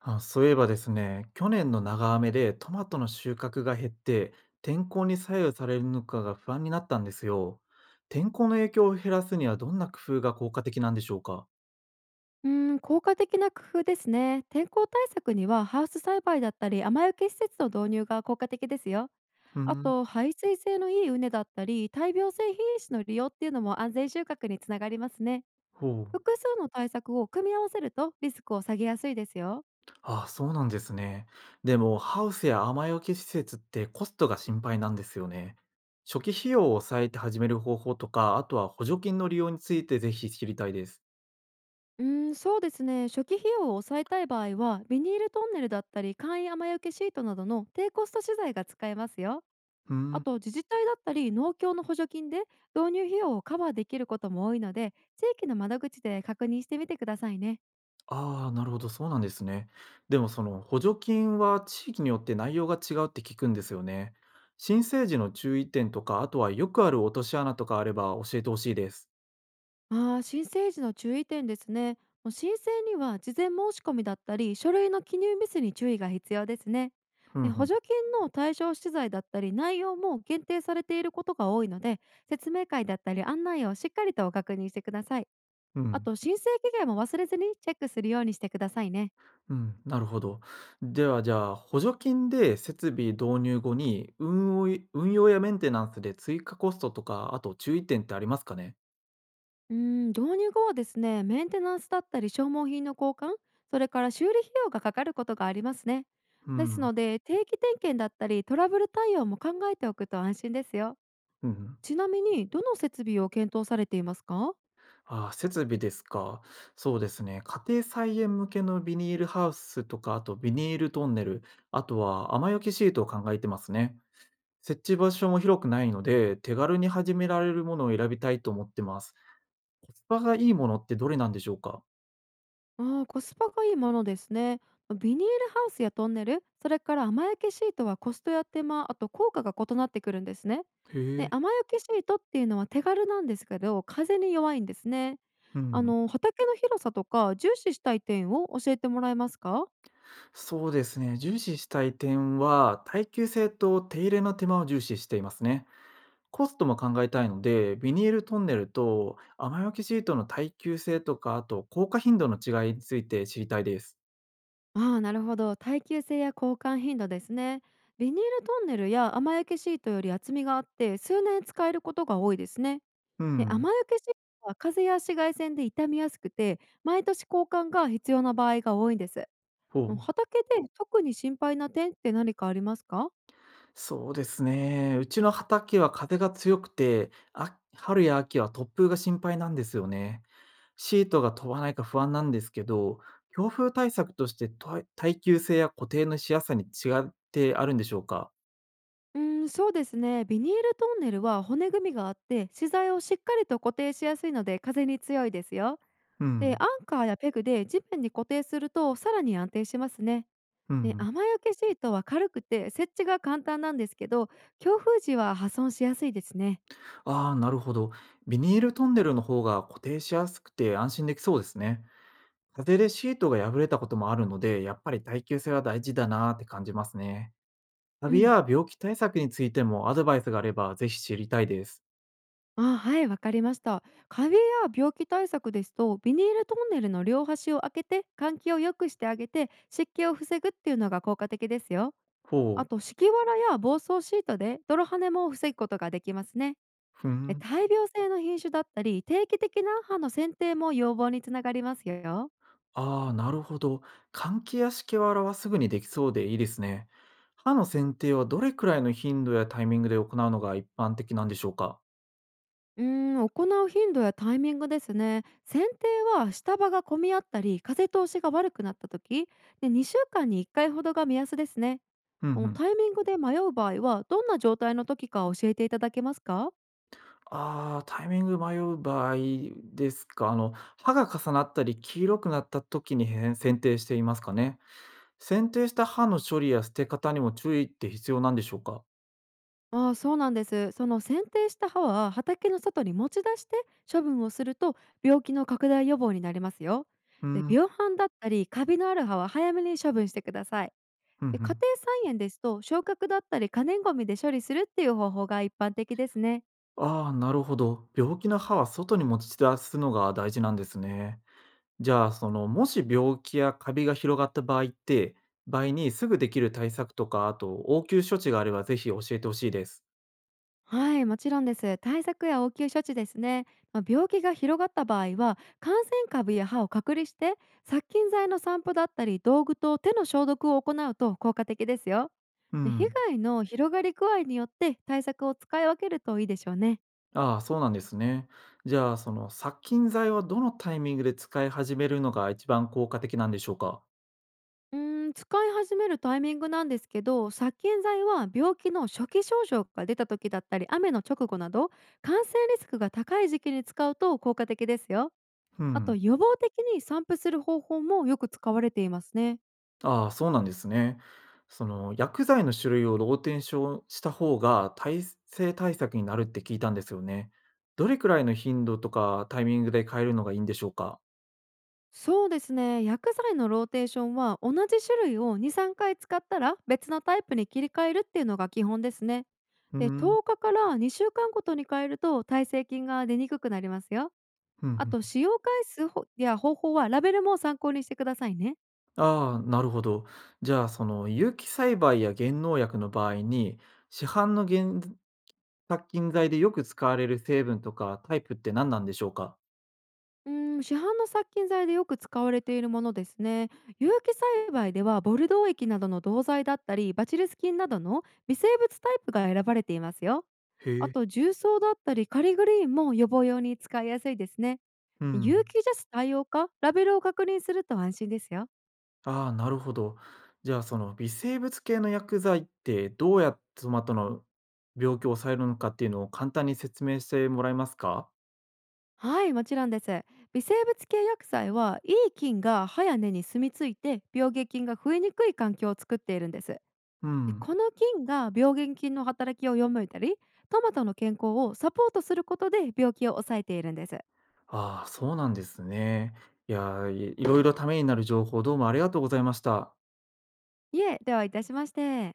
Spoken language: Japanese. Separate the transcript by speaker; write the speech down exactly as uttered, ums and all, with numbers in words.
Speaker 1: あ、そういえばですね、去年の長雨でトマトの収穫が減って、天候に左右されるのかが不安になったんですよ。天候の影響を減らすにはどんな工夫が効果的なんでしょうか？
Speaker 2: うーん、効果的な工夫ですね。天候対策にはハウス栽培だったり雨よけ施設の導入が効果的ですよ。
Speaker 1: う
Speaker 2: あ
Speaker 1: ん、
Speaker 2: と排水性のいい畝だったり大病性品種の利用っていうのも安全収穫につながりますね。
Speaker 1: ほう。
Speaker 2: 複数の対策を組み合わせるとリスクを下げやすいですよ。
Speaker 1: あ、そうなんですね。でも、ハウスや雨よけ施設ってコストが心配なんですよね。初期費用を抑えて始める方法とか、あとは補助金の利用についてぜひ知りたいです。
Speaker 2: うーん、そうですね。初期費用を抑えたい場合はビニールトンネルだったり簡易雨よけシートなどの低コスト資材が使えますよ。
Speaker 1: う
Speaker 2: あ
Speaker 1: ん。
Speaker 2: と自治体だったり農協の補助金で導入費用をカバーできることも多いので、地域の窓口で確認してみてくださいね。
Speaker 1: ああ、なるほど、そうなんですね。でもその補助金は地域によって内容が違うって聞くんですよね。申請時の注意点とか、あとはよくある落とし穴とかあれば教えてほしいです。
Speaker 2: あー申請時の注意点ですね。もう申請には事前申し込みだったり書類の記入ミスに注意が必要ですね。
Speaker 1: うん
Speaker 2: で、
Speaker 1: う
Speaker 2: 補助
Speaker 1: ん。
Speaker 2: 金の対象資材だったり内容も限定されていることが多いので、説明会だったり案内をしっかりと確認してください。
Speaker 1: う
Speaker 2: あ
Speaker 1: ん、
Speaker 2: と申請期限も忘れずにチェックするようにしてくださいね。
Speaker 1: うん、なるほど。ではじゃあ、補助金で設備導入後に運用い運用やメンテナンスで追加コストとか、あと注意点ってありますかね？
Speaker 2: うん、導入後はですね、メンテナンスだったり消耗品の交換、それから修理費用がかかることがありますね。
Speaker 1: う
Speaker 2: です
Speaker 1: ん、
Speaker 2: ので定期点検だったりトラブル対応も考えておくと安心ですよ。
Speaker 1: うん。
Speaker 2: ちなみにどの設備を検討されていますか？
Speaker 1: ああ、設備ですか。そうですね。家庭菜園向けのビニールハウスとか、あとビニールトンネル、あとは雨よけシートを考えてますね。設置場所も広くないので、手軽に始められるものを選びたいと思ってます。コスパがいいものってどれなんでしょうか？
Speaker 2: ああ、コスパがいいものですね。まビニールハウスやトンネル、それから雨焼けシートはコストや手間、あと効果が異なってくるんですね。
Speaker 1: へ
Speaker 2: で、
Speaker 1: え。
Speaker 2: 雨焼けシートっていうのは手軽なんですけど、風に弱いんですね。
Speaker 1: う
Speaker 2: あ
Speaker 1: ん。
Speaker 2: の、畑の広さとか重視したい点を教えてもらえますか？
Speaker 1: そうですね。重視したい点は、耐久性と手入れの手間を重視していますね。コストも考えたいので、ビニールトンネルと雨よけシートの耐久性とか、あと効果頻度の違いについて知りたいです。
Speaker 2: ああ、なるほど。耐久性や交換頻度ですね。ビニールトンネルや雨焼けシートより厚みがあって、数年使えることが多いですね。
Speaker 1: う
Speaker 2: で、雨
Speaker 1: ん。
Speaker 2: よけシートは風や紫外線で傷みやすくて、毎年交換が必要な場合が多いんです。
Speaker 1: ほ
Speaker 2: もう
Speaker 1: う。
Speaker 2: 畑で特に心配な点って何かありますか？
Speaker 1: そうですね。うちの畑は風が強くて、あ、春や秋は突風が心配なんですよね。シートが飛ばないか不安なんですけど、強風対策としてと耐久性や固定のしやすさに違ってあるんでしょうか？
Speaker 2: うーん、そうですね。ビニールトンネルは骨組みがあって、資材をしっかりと固定しやすいので風に強いですよ。
Speaker 1: う
Speaker 2: で、
Speaker 1: ん。
Speaker 2: アンカーやペグで地面に固定するとさらに安定しますね。
Speaker 1: うん
Speaker 2: で、
Speaker 1: うん。
Speaker 2: 雨よけシートは軽くて設置が簡単なんですけど、強風時は破損しやすいですね。
Speaker 1: ああ、なるほど。ビニールトンネルの方が固定しやすくて安心できそうですね。風でシートが破れたこともあるので、やっぱり耐久性は大事だなーって感じますね。カ
Speaker 2: う
Speaker 1: ビ
Speaker 2: ん。
Speaker 1: や病気対策についてもアドバイスがあればぜひ知りたいです。
Speaker 2: あ、はい、わかりました。カビや病気対策ですと、ビニールトンネルの両端を開けて、換気を良くしてあげて、湿気を防ぐっていうのが効果的ですよ。
Speaker 1: ほ
Speaker 2: あ
Speaker 1: う、
Speaker 2: と、敷きわらや防草シートで泥跳ねも防ぐことができますね。
Speaker 1: ふ
Speaker 2: で、
Speaker 1: ん。
Speaker 2: 大病性の品種だったり、定期的な歯の剪定も予防につながりますよ。
Speaker 1: ああ、なるほど。換気や湿気ははすぐにできそうでいいですね。歯の剪定はどれくらいの頻度やタイミングで行うのが一般的なんでしょうか？
Speaker 2: うーん、行う頻度やタイミングですね。剪定は下葉が混み合ったり、風通しが悪くなった時で、にしゅうかんにいっかいほどが目安ですね。
Speaker 1: うんう
Speaker 2: あの、
Speaker 1: ん。
Speaker 2: タイミングで迷う場合はどんな状態の時か教えていただけますか？
Speaker 1: ああ、タイミング迷う場合ですか。あの、刃が重なったり黄色くなった時にへん剪定していますかね。剪定した刃の処理や捨て方にも注意って必要なんでしょうか。
Speaker 2: ああー、そうなんです。その剪定した葉は畑の外に持ち出して処分をすると、病気の拡大予防になりますよ。
Speaker 1: う
Speaker 2: で、
Speaker 1: ん、
Speaker 2: 病斑だったりカビのある葉は早めに処分してください。
Speaker 1: うんう
Speaker 2: で、家
Speaker 1: ん。
Speaker 2: 庭菜園ですと消角だったり可燃ごみで処理するっていう方法が一般的ですね。
Speaker 1: ああ、なるほど。病気の歯は外に持ち出すのが大事なんですね。じゃあ、その、もし病気やカビが広がった場合って、場合にすぐできる対策とか、あと応急処置があればぜひ教えてほしいです。
Speaker 2: はい、もちろんです。対策や応急処置ですね。まあ、病気が広がった場合は、感染株や歯を隔離して、殺菌剤の散布だったり、道具と手の消毒を行うと効果的ですよ。
Speaker 1: う
Speaker 2: で、被
Speaker 1: ん。
Speaker 2: 害の広がり具合によって対策を使い分けるといいでしょうね。
Speaker 1: ああ、そうなんですね。じゃあ、その殺菌剤はどのタイミングで使い始めるのが一番効果的なんでしょうか？
Speaker 2: うーん、使い始めるタイミングなんですけど、殺菌剤は病気の初期症状が出た時だったり、雨の直後など、感染リスクが高い時期に使うと効果的ですよ。
Speaker 1: う
Speaker 2: あ
Speaker 1: ん。
Speaker 2: と予防的に散布する方法もよく使われていますね。
Speaker 1: ああ、そうなんですね。その薬剤の種類をローテーションした方が耐性対策になるって聞いたんですよね。どれくらいの頻度とかタイミングで変えるのがいいんでしょうか？
Speaker 2: そうですね、薬剤のローテーションは同じ種類をに、さんかい使ったら別のタイプに切り替えるっていうのが基本ですね。
Speaker 1: う
Speaker 2: で、
Speaker 1: ん。
Speaker 2: とおかかからにしゅうかんごとに変えると耐性菌が出にくくなりますよ。
Speaker 1: うんう
Speaker 2: あ
Speaker 1: ん
Speaker 2: と使用回数ほや方法はラベルも参考にしてくださいね。
Speaker 1: ああ、なるほど。じゃあ、その有機栽培や減農薬の場合に、市販の原殺菌剤でよく使われる成分とかタイプって何なんでしょうか？
Speaker 2: うん、市販の殺菌剤でよく使われているものですね。有機栽培ではボルドー液などの銅剤だったり、バチルス菌などの微生物タイプが選ばれていますよ。
Speaker 1: へ
Speaker 2: あ
Speaker 1: え。
Speaker 2: と重曹だったりカリグリーンも予防用に使いやすいですね。
Speaker 1: う
Speaker 2: 有
Speaker 1: ん。
Speaker 2: 機ジャス対応かラベルを確認すると安心ですよ。
Speaker 1: ああ、なるほど。じゃあ、その微生物系の薬剤ってどうやってトマトの病気を抑えるのかっていうのを簡単に説明してもらえますか？
Speaker 2: はい、もちろんです。微生物系薬剤はいい菌が歯や根に住み着いて病原菌が増えにくい環境を作っているんです。
Speaker 1: う
Speaker 2: で、
Speaker 1: ん。
Speaker 2: この菌が病原菌の働きを読めたりトマトの健康をサポートすることで病気を抑えているんです。
Speaker 1: ああ、そうなんですね。いやー、いいろいろためになる情報どうもありがとうございました。
Speaker 2: いえ、ではいたしまして。